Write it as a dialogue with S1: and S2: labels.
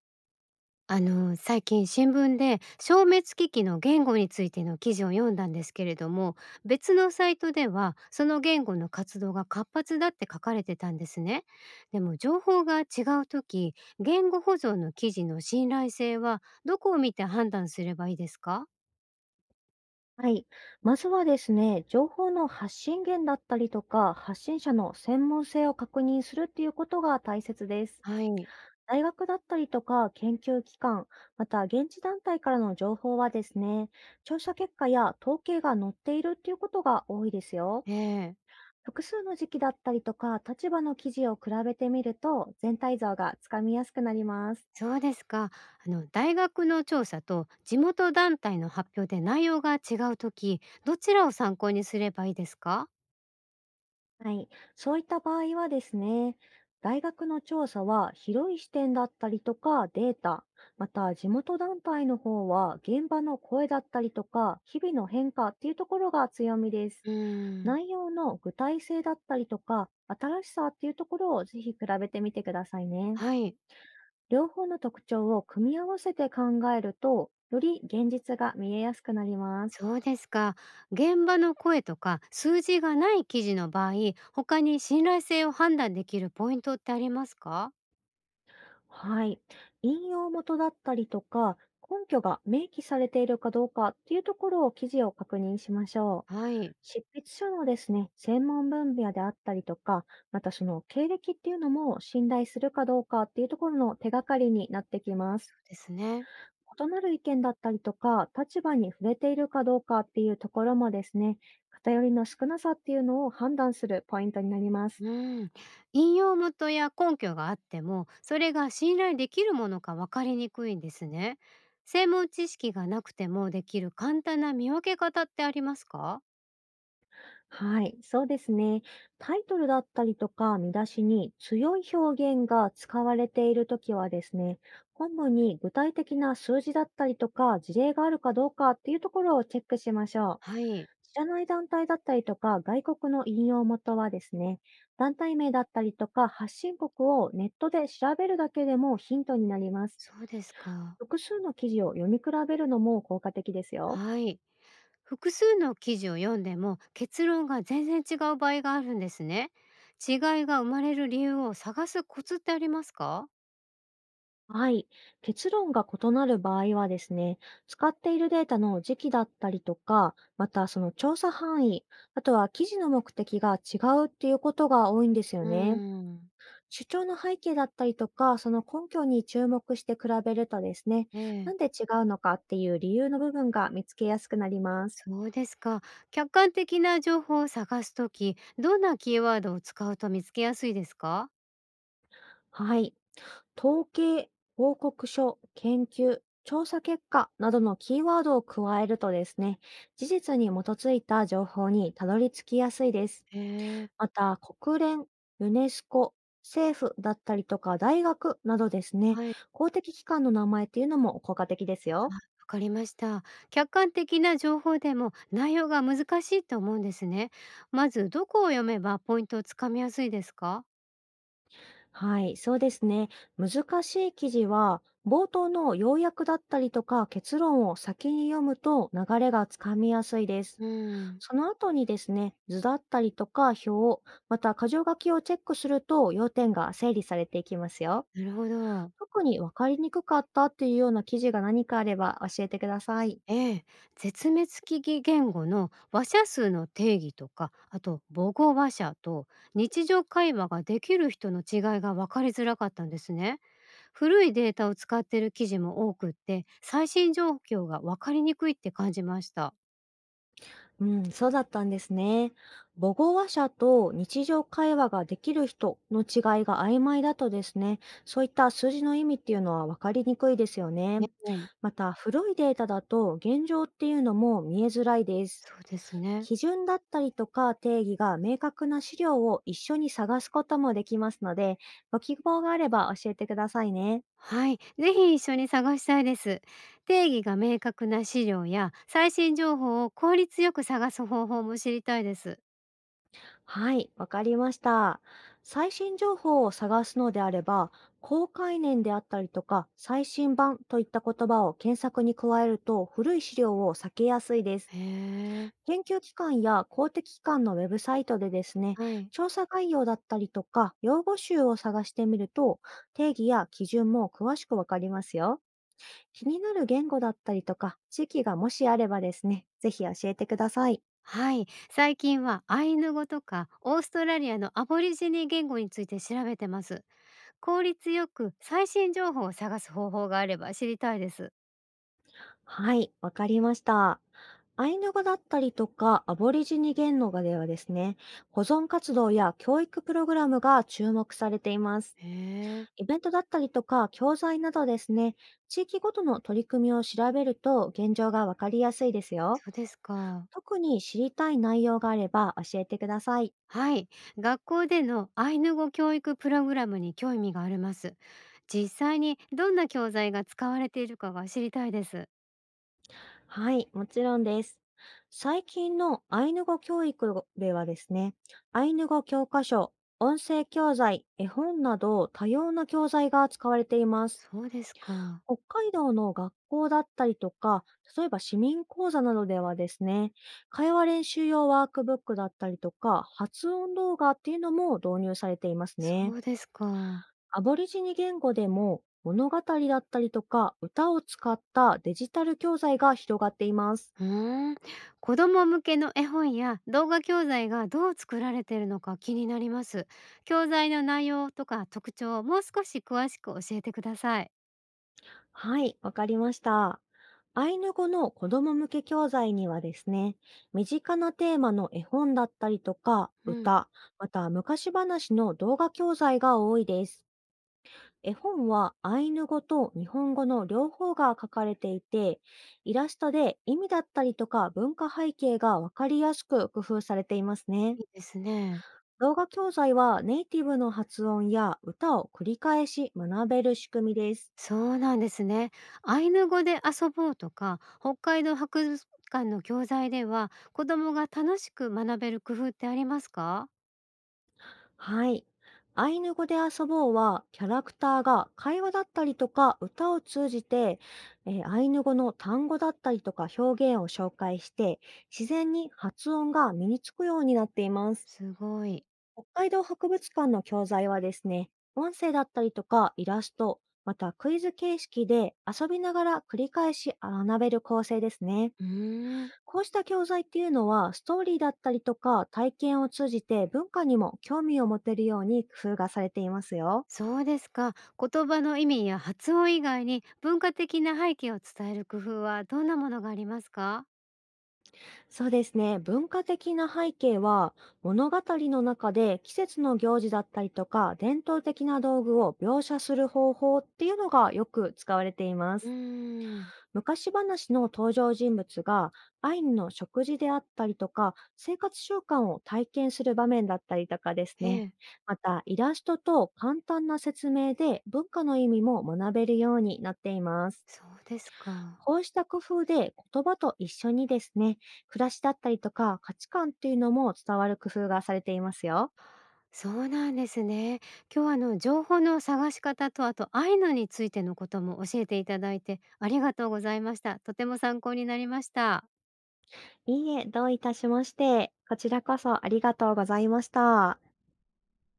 S1: 最近新聞で消滅危機の言語についての記事を読んだんですけれども、別のサイトではその言語の活動が活発だって書かれてたんですね。でも情報が違う時、言語保存の記事の信頼性はどこを見て判断すればいいですか？
S2: はい。まずはですね、情報の発信源だったりとか、発信者の専門性を確認するっていうことが大切です。
S1: はい。
S2: 大学だったりとか、研究機関、また現地団体からの情報はですね、調査結果や統計が載っているっていうことが多いですよ。
S1: ええ。
S2: 複数の時期だったりとか、立場の記事を比べてみると、全体像がつかみやすくなります。
S1: そうですか。大学の調査と地元団体の発表で内容が違う時、どちらを参考にすればいいですか？
S2: はい。そういった場合はですね、大学の調査は広い視点だったりとかデータ、また地元団体の方は現場の声だったりとか日々の変化っていうところが強みです。
S1: うーん。
S2: 内容の具体性だったりとか新しさっていうところをぜひ比べてみてくださいね。
S1: はい。
S2: 両方の特徴を組み合わせて考えると、より現実が見えやすくなります。
S1: そうですか。現場の声とか数字がない記事の場合、他に信頼性を判断できるポイントってありますか？
S2: はい。引用元だったりとか、根拠が明記されているかどうかっていうところを記事を確認しましょう。
S1: はい。
S2: 執筆書のですね、専門分野であったりとか、またその経歴っていうのも信頼するかどうかっていうところの手がかりになってきま
S1: そ
S2: す。
S1: うですね。
S2: 異なる意見だったりとか、立場に触れているかどうかっていうところもですね、偏りの少なさっていうのを判断するポイントになります。
S1: うん。引用元や根拠があっても、それが信頼できるものか分かりにくいんですね。専門知識がなくてもできる簡単な見分け方ってありますか？
S2: はい、そうですね。タイトルだったりとか見出しに強い表現が使われているときはですね、本文に具体的な数字だったりとか事例があるかどうかっていうところをチェックしましょう。
S1: はい。
S2: 知らない団体だったりとか外国の引用元はですね、団体名だったりとか発信国をネットで調べるだけでもヒントになります。
S1: そうですか。
S2: 複数の記事を読み比べるのも効果的ですよ。
S1: はい。複数の記事を読んでも結論が全然違う場合があるんですね。違いが生まれる理由を探すコツってありますか？
S2: はい。結論が異なる場合はですね、使っているデータの時期だったりとか、またその調査範囲、あとは記事の目的が違うっていうことが多いんですよ
S1: う
S2: ね。
S1: ーん。
S2: 主張の背景だったりとか、その根拠に注目して比べるとですね、
S1: え
S2: な
S1: え、
S2: んで違うのかっていう理由の部分が見つけやすくなります。
S1: そうですか。客観的な情報を探すとき、どんなキーワードを使うと見つけやすいですか？
S2: はい。統計、報告書、研究、調査結果などのキーワードを加えるとですね、事実に基づいた情報にたどり着きやすいです。
S1: え
S2: ま
S1: え。
S2: た、国連、ユネスコ、政府だったりとか大学などですね、
S1: はい、わ
S2: 公的機関の名前っていうのも効果的ですよ。
S1: かりました。客観的な情報でも内容が難しいと思うんですね。まずどこを読めばポイントをつかみやすいですか？
S2: はい、そうですね。難しい記事は、冒頭の要約だったりとか結論を先に読むと流れがつかみやすいです。
S1: うん。
S2: その後にですね、図だったりとか表、また箇条書きをチェックすると要点が整理されていきますよ。
S1: なるほど。
S2: 特に分かりにくかったっていうような記事が何かあれば教えてください。
S1: ええ、絶滅危機言語の話者数の定義とかあと母語話者と日常会話ができる人の違いが分かりづらかったんですね。古いデータを使っている記事も多くって最新状況が分かりにくいって感じました。
S2: うん、そうだったんですね。母語話者と日常会話ができる人の違いが曖昧だとですね、そういった数字の意味っていうのは分かりにくいですよね。
S1: ねえ、
S2: また、古いデータだと現状っていうのも見えづらいです。
S1: そうですね。
S2: 基準だったりとか定義が明確な資料を一緒に探すこともできますので、ご希望があれば教えてくださいね。
S1: はい、ぜひ一緒に探したいです。定義が明確な資料や最新情報を効率よく探す方法も知りたいです。
S2: はい、わかりました。最新情報を探すのであれば、高概念であったりとか、最新版といった言葉を検索に加えると古い資料を避けやすいです。
S1: へえ、
S2: 研究機関や公的機関のウェブサイトでですね、
S1: はい。
S2: 調査概要だったりとか、用語集を探してみると、定義や基準も詳しくわかりますよ。気になる言語だったりとか、地域がもしあればですね、ぜひ教えてください。
S1: はい、最近はアイヌ語とかオーストラリアのアボリジニ言語について調べてます。効率よく最新情報を探す方法があれば知りたいです。
S2: はい、わかりました。アイヌ語だったりとか、アボリジニ言語ではですね、保存活動や教育プログラムが注目されています。
S1: へえ、
S2: イベントだったりとか、教材などですね、地域ごとの取り組みを調べると現状がわかりやすいですよ。
S1: そうですか。
S2: 特に知りたい内容があれば教えてください。
S1: はい、学校でのアイヌ語教育プログラムに興味があります。実際にどんな教材が使われているかが知りたいです。
S2: はい、もちろんです。最近のアイヌ語教育ではですね、アイヌ語教科書、音声教材、絵本など多様な教材が使われています。
S1: そうですか。
S2: 北海道の学校だったりとか、例えば市民講座などではですね、会話練習用ワークブックだったりとか、発音動画っていうのも導入されています
S1: そ
S2: ね。
S1: うですか。
S2: アボリジニ言語でも物語だったりとか、歌を使ったデジタル教材が広がっています。
S1: うーん、子供向けの絵本や動画教材がどう作られているのか気になります。教材の内容とか特徴をもう少し詳しく教えてください。
S2: はい、わかりました。アイヌ語の子供向け教材にはですね、身近なテーマの絵本だったりとか、
S1: うん、
S2: 歌、また昔話の動画教材が多いです。絵本はアイヌ語と日本語の両方が書かれていて、イラストで意味だったりとか文化背景がわかりやすく工夫されていますね。
S1: いいですね。
S2: 動画教材はネイティブの発音や歌を繰り返し学べる仕組みです。
S1: そうなんですね。アイヌ語で遊ぼうとか、北海道博物館の教材では子供が楽しく学べる工夫ってありますか？
S2: はい。アイヌ語で遊ぼうは、キャラクターが会話だったりとか歌を通じて、アイヌ語の単語だったりとか表現を紹介して、自然に発音が身につくようになっています。
S1: すごい。
S2: 北海道博物館の教材はですね、音声だったりとかイラスト、またクイズ形式で遊びながら繰り返し学べる構成ですね。
S1: うーん。
S2: こうした教材っていうのは、ストーリーだったりとか体験を通じて文化にも興味を持てるように工夫がされていますよ。
S1: そうですか。言葉の意味や発音以外に文化的な背景を伝える工夫はどんなものがありますか？
S2: そうですね。文化的な背景は、物語の中で季節の行事だったりとか伝統的な道具を描写する方法っていうのがよく使われていま
S1: うー
S2: す。
S1: ん、
S2: 昔話の登場人物がアイヌの食事であったりとか生活習慣を体験する場面だったりとかです
S1: え
S2: ね。
S1: え。
S2: またイラストと簡単な説明で文化の意味も学べるようになっています。
S1: そうですか。
S2: こうした工夫で言葉と一緒にですね、暮らしだったりとか価値観っていうのも伝わる工夫がされていますよ。
S1: そうなんですね。今日は情報の探し方とあと愛のについてのことも教えていただいてありがとうございました。とても参考になりました。
S2: いいえ、どういたしまして。こちらこそありがとうございました。